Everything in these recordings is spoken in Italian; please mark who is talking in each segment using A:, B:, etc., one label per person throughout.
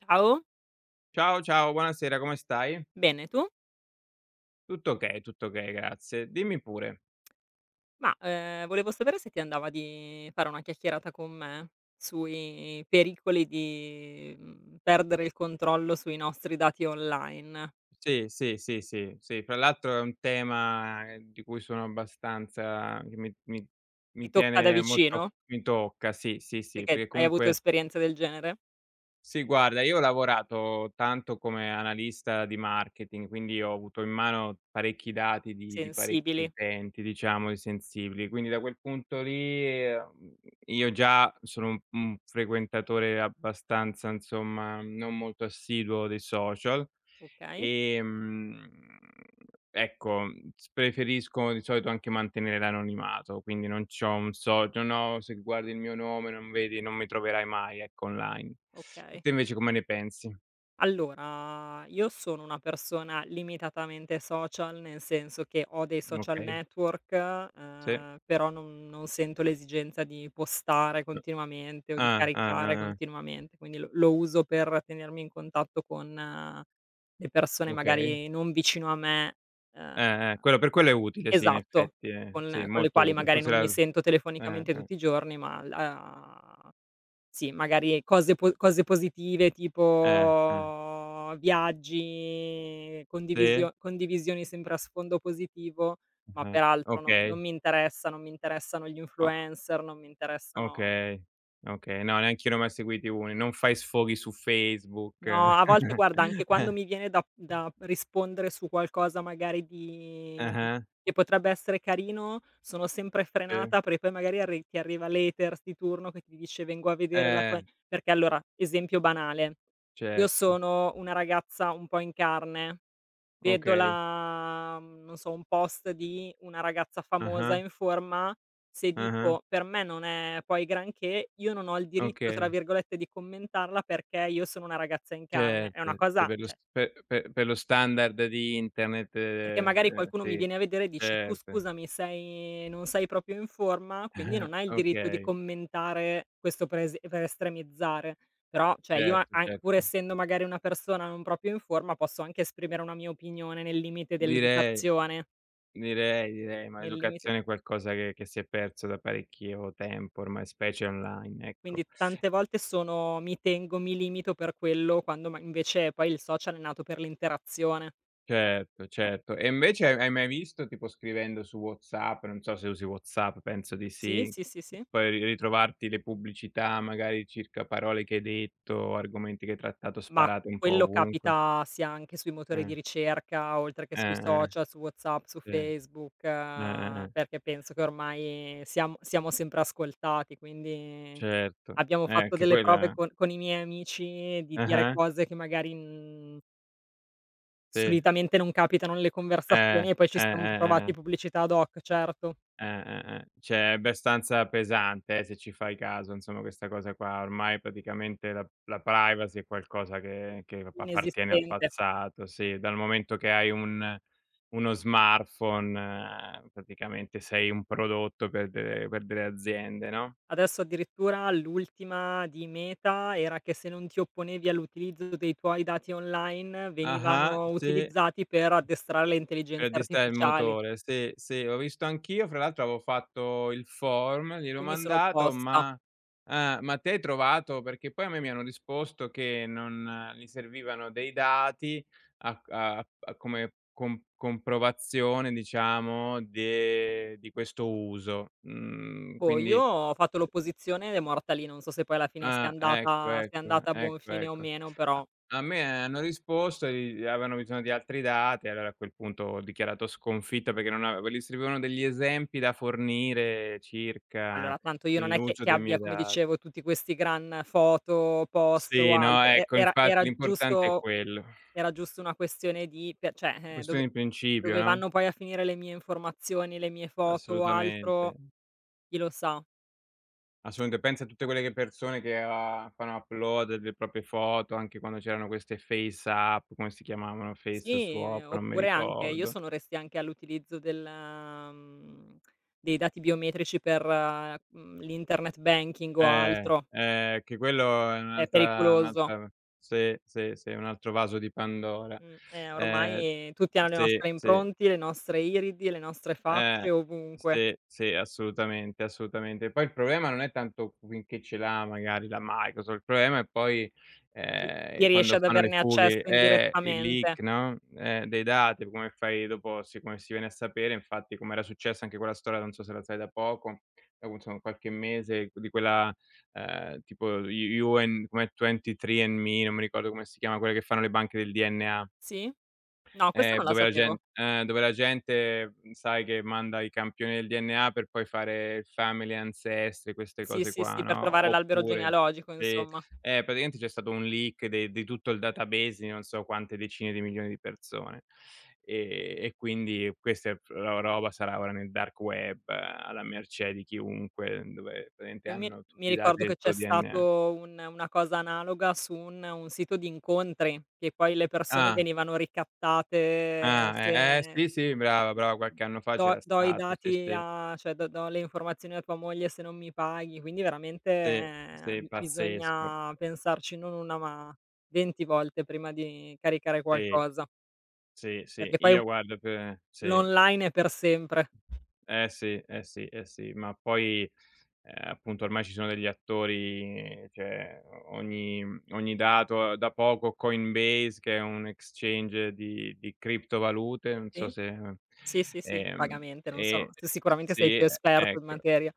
A: Ciao,
B: Ciao, ciao, buonasera, come stai?
A: bene tu?
B: Tutto okay, grazie. Dimmi pure.
A: Ma, volevo sapere se ti andava di fare una chiacchierata con me sui pericoli di, perdere il controllo sui nostri dati online.
B: Sì, sì, sì, sì, sì, fra l'altro è un tema, di cui sono abbastanza che mi mi
A: Ti
B: mi
A: tocca da
B: tiene molto a
A: vicino?
B: mi tocca, sì, sì, sì,
A: Perché
B: perché
A: hai avuto
B: comunque.
A: esperienze del genere?
B: Sì, guarda, io ho lavorato tanto come analista di marketing, quindi ho avuto in mano parecchi dati di parecchi
A: Sensibili.
B: utenti, diciamo, e sensibili. Quindi da quel punto lì, io già sono un frequentatore abbastanza, insomma, non molto assiduo dei social.
A: Okay,
B: Ehm, ecco, s preferisco di solito anche mantenere l'anonimato, quindi non c'ho un socio: "No, se guardi il mio nome non vedi non mi troverai mai", ecco, online.
A: okay.
B: Te invece come ne pensi?
A: Allora, io sono una persona limitatamente social, nel senso che ho dei social
B: Okay,
A: network,
B: sì.
A: però non sento l'esigenza di postare
B: Uh,
A: continuamente o di
B: ah, ah,
A: caricare
B: ah, ah,
A: continuamente, quindi lo uso per tenermi in contatto con le persone
B: okay.
A: magari non vicino a me, ehm
B: Quello per quello è utile, sì, in
A: esatto,
B: effetti, eh. Sì,
A: con le
B: molto
A: quali
B: utile.
A: magari
B: Forse
A: non
B: la
A: mi sento
B: eh,
A: telefonicamente
B: eh,
A: tutti i giorni, ma la sì, magari cose positive,
B: eh.
A: tipo viaggi,
B: Sì,
A: condivisioni sempre a sfondo positivo, ma
B: ah-ah,
A: peraltro non
B: okay.
A: non mi interessa, non mi interessano gli
B: O
A: influencer, non mi interessano.
B: Okay, okay. No, neanch'io ne ho mai seguiti uno. Non fai sfoghi su Facebook.
A: No, a volte guarda, anche quando mi viene da rispondere su qualcosa magari di
B: Ah-ah,
A: che potrebbe essere carino, sono sempre
B: sì.
A: frenata perché poi magari arri ti arriva l'haters di turno che ti dice: "Vengo a vedere la tua".
B: Eh,
A: Perché allora, esempio banale, io
B: certo.
A: sono una ragazza un po' in carne, vedo
B: Okay.
A: la, non so, un post di una ragazza famosa
B: Ah-ah,
A: in forma, se
B: ah-ah,
A: dico: "Per me non è poi granché", io non ho il diritto, tra
B: okay,
A: virgolette, di commentarla perché io sono una ragazza in carne. È una
B: certo. Sì,
A: cosa,
B: per lo s
A: cioè,
B: pe pe per lo standard di internet,
A: perché magari qualcuno mi
B: sì,
A: viene a vedere e dice: "Tu
B: certo.
A: scusami, sei non sei proprio in forma, quindi non hai il diritto di
B: Okay,
A: commentare questo", per es per estremizzare. Però, cioè, io a
B: certo,
A: an pur
B: certo.
A: essendo magari una persona non proprio in forma, posso anche esprimere una mia opinione nel limite
B: Direi,
A: dell'educazione.
B: direi, ma
A: Nel limite,
B: l'educazione è qualcosa che si è perso da parecchio tempo ormai, specie online,
A: quindi
B: ecco.
A: tante volte sono, mi tengo, mi limito per quello, quando ma invece poi il social è nato per l'interazione.
B: Certo, certo. E invece hai mai visto, tipo scrivendo su WhatsApp, non so se usi WhatsApp, penso di
A: Sì,
B: sì,
A: sì, sì, sì.
B: poi ri ritrovarti le pubblicità magari circa parole che hai detto, argomenti che hai trattato
A: Ma
B: sparate un po'
A: quello
B: ovunque.
A: capita sia anche sui motori di
B: Eh,
A: ricerca, oltre che sui
B: eh, eh,
A: social, su WhatsApp, su
B: sì,
A: Facebook,
B: eh, eh,
A: perché penso che ormai siamo sempre ascoltati, quindi
B: certo.
A: abbiamo fatto
B: Che
A: delle prove
B: quella
A: con i miei amici di dire
B: ah-ah,
A: cose che magari,
B: sì,
A: solitamente non capitano nelle
B: eh,
A: conversazioni, e poi ci siamo
B: eh.
A: trovati pubblicità ad hoc, certo.
B: Eh. Cioè è abbastanza pesante, se ci fai caso, insomma questa cosa qua. Ormai praticamente la privacy è qualcosa che ap appartiene al
A: Inesistente.
B: passato, sì. Dal momento che hai un uno smartphone praticamente sei un prodotto per delle aziende, no?
A: Adesso addirittura l'ultima di Meta era che se non ti opponevi all'utilizzo dei tuoi dati online
B: Ah-ah,
A: venivano
B: sì.
A: utilizzati per addestrare le
B: Per
A: intelligenze
B: addestrare il
A: artificiali.
B: motore, sì, sì, ho visto anch'io, fra l'altro avevo fatto il form, gliel'ho
A: Io mi sono
B: mandato,
A: opposta.
B: ma te hai trovato perché poi a me mi hanno risposto che non gli servivano dei dati a c a a come com comprovazione diciamo de di questo uso. Mhmm,
A: Boh, io
B: quindi
A: ho fatto l'opposizione ed è morta lì, non so se poi alla fine sia
B: Ah, ecco,
A: andata sia
B: ecco,
A: andata a buon
B: ecco,
A: fine o
B: ecco.
A: meno,
B: A
A: però
B: a me hanno risposto e avevano bisogno di altri dati, e allora a quel punto ho dichiarato sconfitto perché non ave gli servivano degli esempi da fornire circa
A: allora tanto io
B: il
A: non è che
B: l'uso
A: che
B: dei
A: abbia,
B: miei
A: come
B: dati.
A: dicevo, tutti questi gran foto, post o
B: Sì, no,
A: altro.
B: ecco, infatti l'importante è quello.
A: Era giusto una questione di pe cioè, dove
B: Questione di principio,
A: dove
B: no,
A: vanno poi a finire le mie informazioni, le mie foto o
B: assolutamente.
A: altro, chi lo sa.
B: Assolutamente, pensa a tutte quelle che persone che, fanno upload delle proprie foto, anche quando c'erano queste face app, come si chiamavano,
A: Sì,
B: face swap, non mi
A: oppure anche io
B: ricordo.
A: sono restia anche all'utilizzo dei dati biometrici per, l'internet banking o altro.
B: Che quello è
A: È
B: un'altra
A: pericoloso.
B: un'altra sì, sì, sì, un altro vaso di Pandora. Ehm,
A: Ormai tutti hanno le
B: sì,
A: nostre
B: sì.
A: impronte, le nostre iridi, le nostre
B: Eh,
A: facce ovunque.
B: sì, sì, assolutamente, assolutamente. Poi il problema non è tanto finché ce l'ha magari la Microsoft, il problema è poi,
A: Chi riesce
B: quando
A: ad
B: fanno le
A: averne accesso
B: fughe i leak,
A: indirettamente.
B: no, dei dati, come fai dopo si come si viene a sapere, infatti com'era successa anche quella storia, non so se la sai da poco, da insomma qualche mese, di quella, tipo U UN com'è 23 and Me, non mi ricordo come si chiama, quella che fanno le banche del DNA.
A: Sì? No, questa non la sapevo.
B: Dove la gente, sai che manda i campioni del DNA per poi fare il family ancestry, queste
A: Sì,
B: cose
A: sì,
B: qua,
A: sì, per trovare
B: no,
A: l'albero
B: oppure
A: genealogico
B: sì,
A: insomma.
B: praticamente c'è stato un leak de di tutto il database di non so quante decine di milioni di persone. E quindi questa è ro roba sarà ora nel dark web, alla mercé di chiunque, dove praticamente
A: Io
B: hanno
A: mi
B: tutti i dati
A: ricordo che
B: del
A: c'è
B: tuo DNA.
A: stato un una cosa analoga su un sito di incontri, che poi le persone
B: Ah,
A: venivano ricattate.
B: ah,
A: Se
B: sì, sì, brava, brava, qualche anno fa
A: "do
B: c'era
A: do i
B: stato, sì,
A: dati,
B: sì.
A: a cioè do do le informazioni a tua moglie, se non mi paghi", quindi veramente,
B: Sì,
A: b
B: sì, pazzesco.
A: bisogna pensarci non 1 ma 20 volte prima di caricare
B: Sì,
A: qualcosa,
B: sì, sì.
A: perché poi
B: Io guarda pe sì.
A: l'online è per sempre.
B: Eh sì, eh sì, eh sì. Ma poi, appunto ormai ci sono degli attori cioè o ogni ogni dato da poco Coinbase che è un exchange di criptovalute, non so
A: Sì?
B: se
A: Sì, sì, sì,
B: ehm,
A: vagamente, non sono
B: e
A: tu sicuramente sei più
B: sì,
A: esperto in
B: ecco.
A: materia.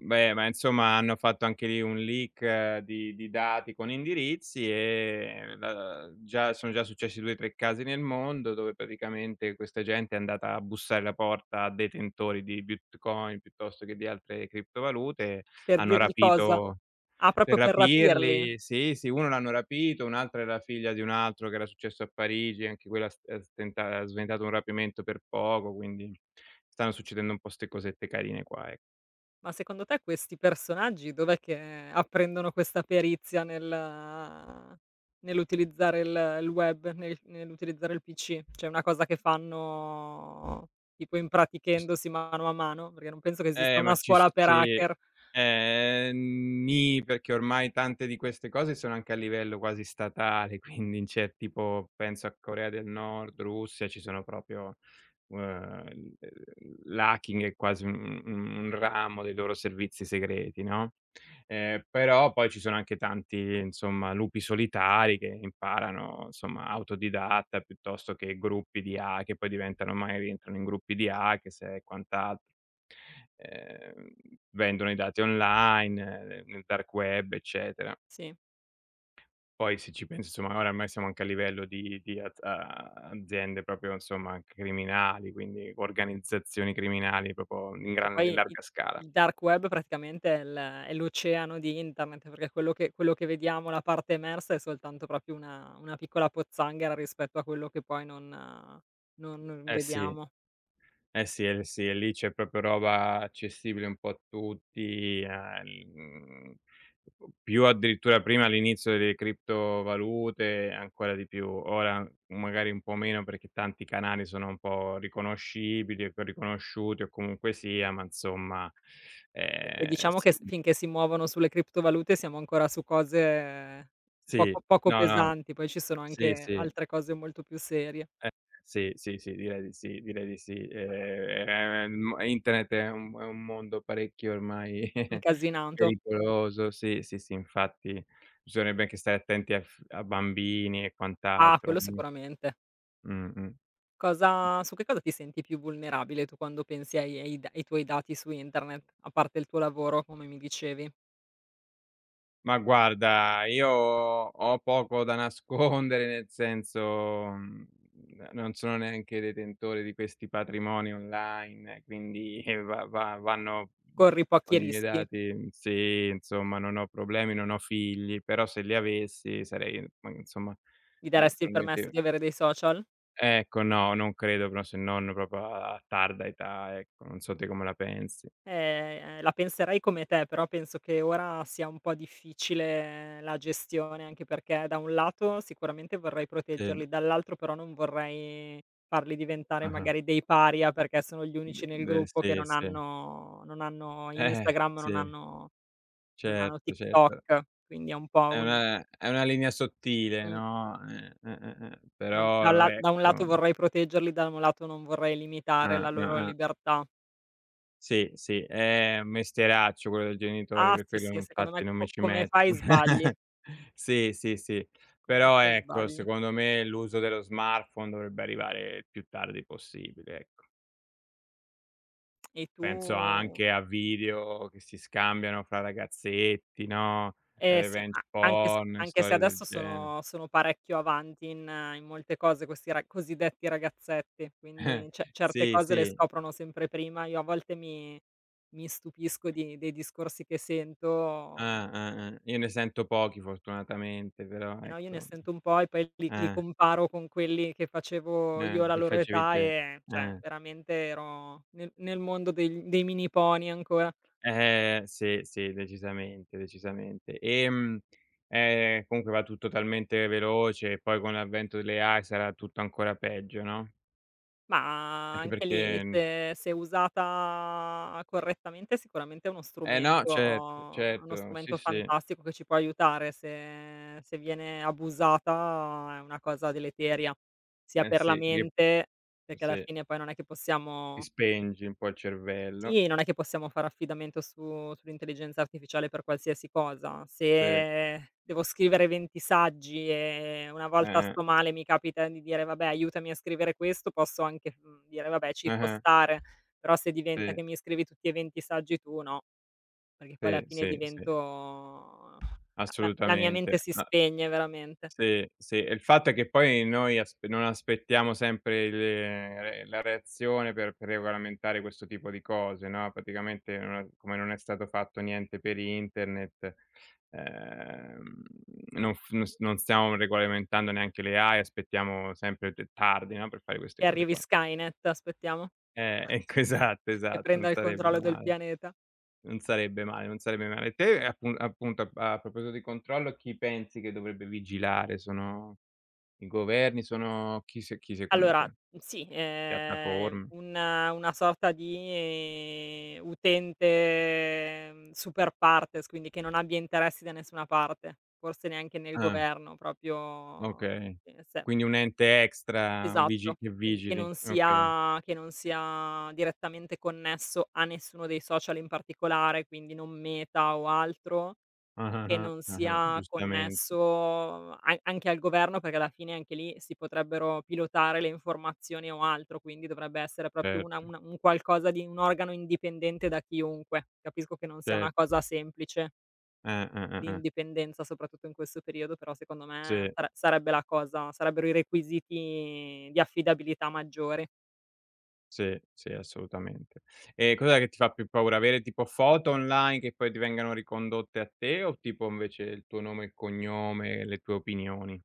B: Beh, ma insomma hanno fatto anche lì un leak di dati con indirizzi, e la già sono già successi 2, 3 casi nel mondo dove praticamente questa gente è andata a bussare alla porta a detentori di Bitcoin piuttosto che di altre criptovalute,
A: Per
B: hanno
A: dirgli cosa?
B: rapito
A: Ah,
B: per
A: proprio per rapirli?
B: rapirli sì, sì, uno l'hanno rapito, un'altra è la figlia di un altro che era successo a Parigi, anche quella s è stenta ha sventato un rapimento per poco, quindi stanno succedendo un po' 'ste cosette carine qua, ecco.
A: Ma secondo te questi personaggi dov'è che apprendono questa perizia nel nell'utilizzare il web, nel nell'utilizzare il PC? Cioè è una cosa che fanno tipo
B: Ci s
A: impratichendosi mano a mano? Perché non penso che esista una
B: Ma ci s
A: scuola per
B: sì.
A: hacker.
B: Nì, perché ormai tante di queste cose sono anche a livello quasi statale, quindi in cer tipo penso a Corea del Nord, Russia, ci sono proprio, l'hacking è quasi un ramo dei loro servizi segreti, no, però poi ci sono anche tanti, insomma, lupi solitari che imparano, insomma, autodidatta piuttosto che gruppi di ha che poi diventano ormai rientrano in gruppi di hackers e quant'altro. Ehm, vendono i dati online, nel dark web, eccetera.
A: Sì.
B: Poi se ci pensi, insomma, oramai siamo anche a livello di az a aziende proprio, insomma, anche criminali, quindi organizzazioni criminali proprio in
A: E
B: gran in
A: poi i
B: larga scala.
A: il dark web praticamente è l è l'oceano di internet, perché quello che vediamo, la parte emersa, è soltanto proprio una piccola pozzanghera rispetto a quello che poi non
B: Eh sì.
A: vediamo.
B: Eh sì, eh sì, e lì c'è proprio roba accessibile un po' a tutti, mhmm, più addirittura prima all'inizio delle criptovalute, ancora di più. Ora magari un po' meno perché tanti canali sono un po' riconoscibili o co riconosciuti o comunque sia, ma insomma,
A: E diciamo che
B: sì,
A: s finché si muovono sulle criptovalute siamo ancora su cose
B: sì,
A: poco
B: no, no,
A: pesanti, poi ci sono
B: sì,
A: anche
B: sì.
A: altre cose molto più serie.
B: Eh, sì, sì, sì, direi di sì, direi di sì. Internet è un mondo parecchio ormai
A: Incasinato.
B: pericoloso. Sì, sì, sì, infatti bisognerebbe anche stare attenti a bambini e
A: Ah,
B: quant'altro.
A: quello sicuramente.
B: Mh-mh.
A: Cosa su Che cosa ti senti più vulnerabile tu quando pensi ai tuoi dati su internet, a parte il tuo lavoro, come mi dicevi?
B: Ma guarda, io ho poco da nascondere, nel senso, mhmm, n non sono neanche detentore di questi patrimoni online, quindi va va vanno
A: Corri pochi
B: con i miei
A: rischi?
B: dati sì, insomma, non ho problemi, non ho figli, però se li avessi sarei ma insomma,
A: Gli
B: mi
A: daresti il permesso
B: probabilmente
A: di avere dei social?
B: ecco, no, non credo, però se non proprio a tarda età, ecco, non so te come la pensi.
A: La penserei come te, però penso che ora sia un po' difficile la gestione, anche perché da un lato sicuramente vorrei
B: Sì.
A: proteggerli, dall'altro però non vorrei farli diventare
B: Ah-ah.
A: magari dei paria, perché sono gli unici
B: D
A: nel
B: d
A: gruppo
B: sì,
A: che
B: sì.
A: non hanno
B: Eh,
A: Instagram, non
B: sì.
A: hanno.
B: Certo, certo.
A: TikTok, quindi è un po'
B: È
A: un
B: una è una linea sottile,
A: mh,
B: no,
A: non da un
B: però
A: la da un lato
B: ecco
A: vorrei proteggerli, da un lato non vorrei limitare la
B: ah, ah,
A: loro
B: ah.
A: libertà.
B: Sì, sì, è un mestieraccio quello del genitore,
A: Ah
B: per
A: sì,
B: quello
A: sì, secondo me,
B: infatti non
A: co
B: mi ci
A: come fai
B: metto.
A: sbagli,
B: Sì, sì, sì.
A: come
B: Però
A: fai
B: ecco,
A: sbagli.
B: secondo me l'uso dello smartphone dovrebbe arrivare il più tardi possibile, ecco.
A: E tu.
B: Penso anche a video che si scambiano fra ragazzetti, no,
A: Eh sì,
B: revenge
A: a anche se
B: porn, storie del
A: adesso
B: genere.
A: sono parecchio avanti in molte cose questi ra cosiddetti ragazzetti, quindi ce certe
B: Sì,
A: cose le
B: sì.
A: scoprono sempre prima. Io a volte mi stupisco di dei discorsi che sento.
B: Ah, ah, ah. Io ne sento pochi fortunatamente, però
A: Eh no, io ne
B: ecco
A: sento un po' e poi li
B: eh,
A: comparo con quelli che facevo io alla
B: che
A: loro
B: facevi
A: età
B: te.
A: e, cioè,
B: Eh.
A: veramente ero nel mondo degl dei mini pony ancora.
B: Sì, sì, decisamente, decisamente. Comunque va tutto talmente veloce e poi con l'avvento delle AI sarà tutto ancora peggio, no,
A: Ma
B: anche
A: anche lì,
B: perché
A: se usata correttamente, sicuramente è
B: eh no, certo,
A: uno
B: certo, sì,
A: strumento
B: sì,
A: fantastico che ci può aiutare; se viene abusata è una cosa deleteria, sia
B: eh
A: per la
B: sì, perché
A: mente, perché alla
B: sì,
A: fine poi non è che
B: ti
A: possiamo.
B: spengi un po' il cervello.
A: Sì, non è che possiamo fare affidamento su sull'intelligenza artificiale per qualsiasi cosa.
B: Sì,
A: Se devo scrivere 20 saggi e una volta
B: eh-eh,
A: sto male mi capita di dire: "Vabbè, aiutami a scrivere questo", posso anche, dire: "Vabbè, ci può
B: ah-ah,
A: stare", però se diventa
B: sì,
A: che mi scrivi tutti e 20 saggi tu, no, perché poi alla
B: sì,
A: fine
B: sì, sì,
A: divento, la mia mente
B: assolutamente.
A: si
B: A
A: spegne veramente.
B: Sì, sì, e il fatto è che poi noi asp non aspettiamo sempre il la reazione per regolamentare questo tipo di cose, no, praticamente non è stato fatto niente per internet, ehm, non f non s non stiamo regolamentando neanche le AI, aspettiamo sempre t tardi, no, per fare queste
A: Che
B: cose
A: arrivi
B: qua.
A: Skynet, aspettiamo,
B: Ecco, esatto,
A: che
B: esatto,
A: prenda
B: non
A: il
B: sarebbe
A: controllo del
B: male,
A: pianeta.
B: non sarebbe male, non sarebbe male. Te, appunto, a proposito di controllo, chi pensi che dovrebbe vigilare? Sono i governi, sono chi se chi secondo
A: Allora,
B: te?
A: sì,
B: Piattaforme?
A: un una sorta di, utente, super partes, quindi che non abbia interessi da nessuna parte, forse neanche nel
B: Ah,
A: governo, proprio,
B: okay.
A: se mhmm,
B: Quindi un ente extra, un
A: esatto,
B: vigi che
A: quindi
B: vigili, okay.
A: che non sia direttamente connesso a nessuno dei social in particolare, quindi non Meta o altro. Che
B: Ah-ah-ah,
A: non
B: ah-ah,
A: sia
B: giustamente,
A: connesso a anche al governo, perché alla fine anche lì si potrebbero pilotare le informazioni o altro, quindi dovrebbe essere proprio
B: certo,
A: una un qualcosa, di un organo indipendente da chiunque. Capisco che non sia una
B: certo.
A: cosa semplice,
B: Eh.
A: l'indipendenza, soprattutto in questo periodo, però secondo me
B: Sì,
A: sarebbe la cosa sarebbero i requisiti di affidabilità maggiori.
B: sì, sì, assolutamente. E cos'è che ti fa più paura? Avere tipo foto online che poi ti vengano ricondotte a te o tipo invece il tuo nome e cognome, le tue opinioni?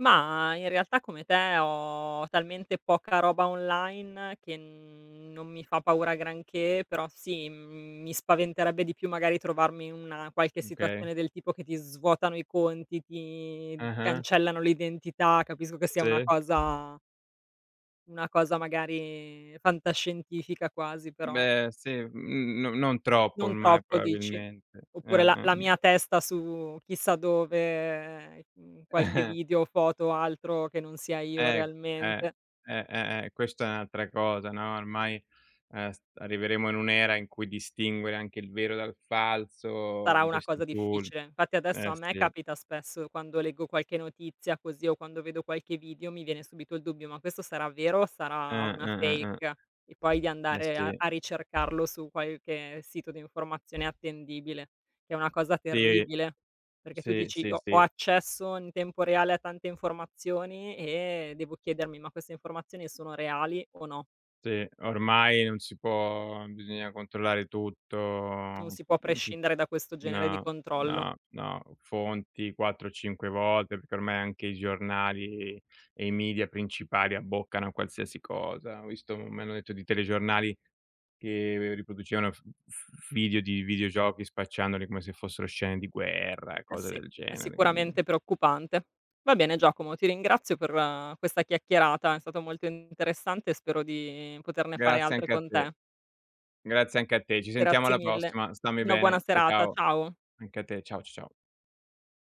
A: Mah, in realtà come te ho talmente poca roba online che non mi fa paura granché, però sì, mi spaventerebbe di più magari trovarmi in una qualche
B: Okay.
A: situazione del tipo che ti svuotano i conti, ti
B: Ah-ah,
A: cancellano l'identità. Capisco che sia
B: sì.
A: una cosa magari fantascientifica quasi, però
B: Beh, sì, no non troppo
A: non
B: ormai
A: troppo dici?
B: probabilmente.
A: Oppure
B: Eh-eh.
A: la mia testa su chissà dove, qualche
B: Eh,
A: video, foto o altro che non sia io
B: eh, eh, eh,
A: realmente.
B: questa è un'altra cosa, no, ormai, s arriveremo in un'era in cui distinguere anche il vero dal falso
A: Sarà
B: con
A: una
B: questi
A: cosa
B: tool.
A: difficile. Infatti adesso a
B: Eh
A: me
B: sì.
A: capita spesso quando leggo qualche notizia così o quando vedo qualche video mi viene subito il dubbio: "Ma questo sarà vero o sarà una
B: Eh.
A: fake?" E poi di
B: Eh
A: andare
B: sì.
A: a ricercarlo su qualche sito di informazione attendibile, che è una cosa
B: Sì,
A: terribile, perché tu
B: sì,
A: dici:
B: sì,
A: "Ho
B: sì,
A: accesso in tempo reale a tante informazioni e devo chiedermi: ma queste informazioni sono reali o no?"
B: sì. Ormai non si può bisogna controllare tutto,
A: Non si può
B: mhmm, tu
A: prescindere da questo genere di
B: No,
A: controllo.
B: no, no, fonti 4, 5 volte, perché ormai anche i giornali e i media principali abboccano a qualsiasi cosa. Ho visto mi hanno detto di telegiornali che riproducevano f f video di videogiochi spacciandoli come se fossero scene di guerra e
A: Eh
B: cose
A: sì,
B: del
A: è
B: genere, quindi
A: sicuramente preoccupante. Va bene Giacomo, ti ringrazio per, questa chiacchierata, è stato molto interessante e spero di poterne fare
B: grazie
A: altre
B: anche a
A: con
B: te.
A: te.
B: Grazie anche a te. Ci sentiamo
A: Grazie
B: alla
A: mille.
B: prossima. Stammi
A: Una buona
B: bene. Ciao,
A: serata,
B: ciao.
A: ciao.
B: Anche a te. Ciao, c ciao.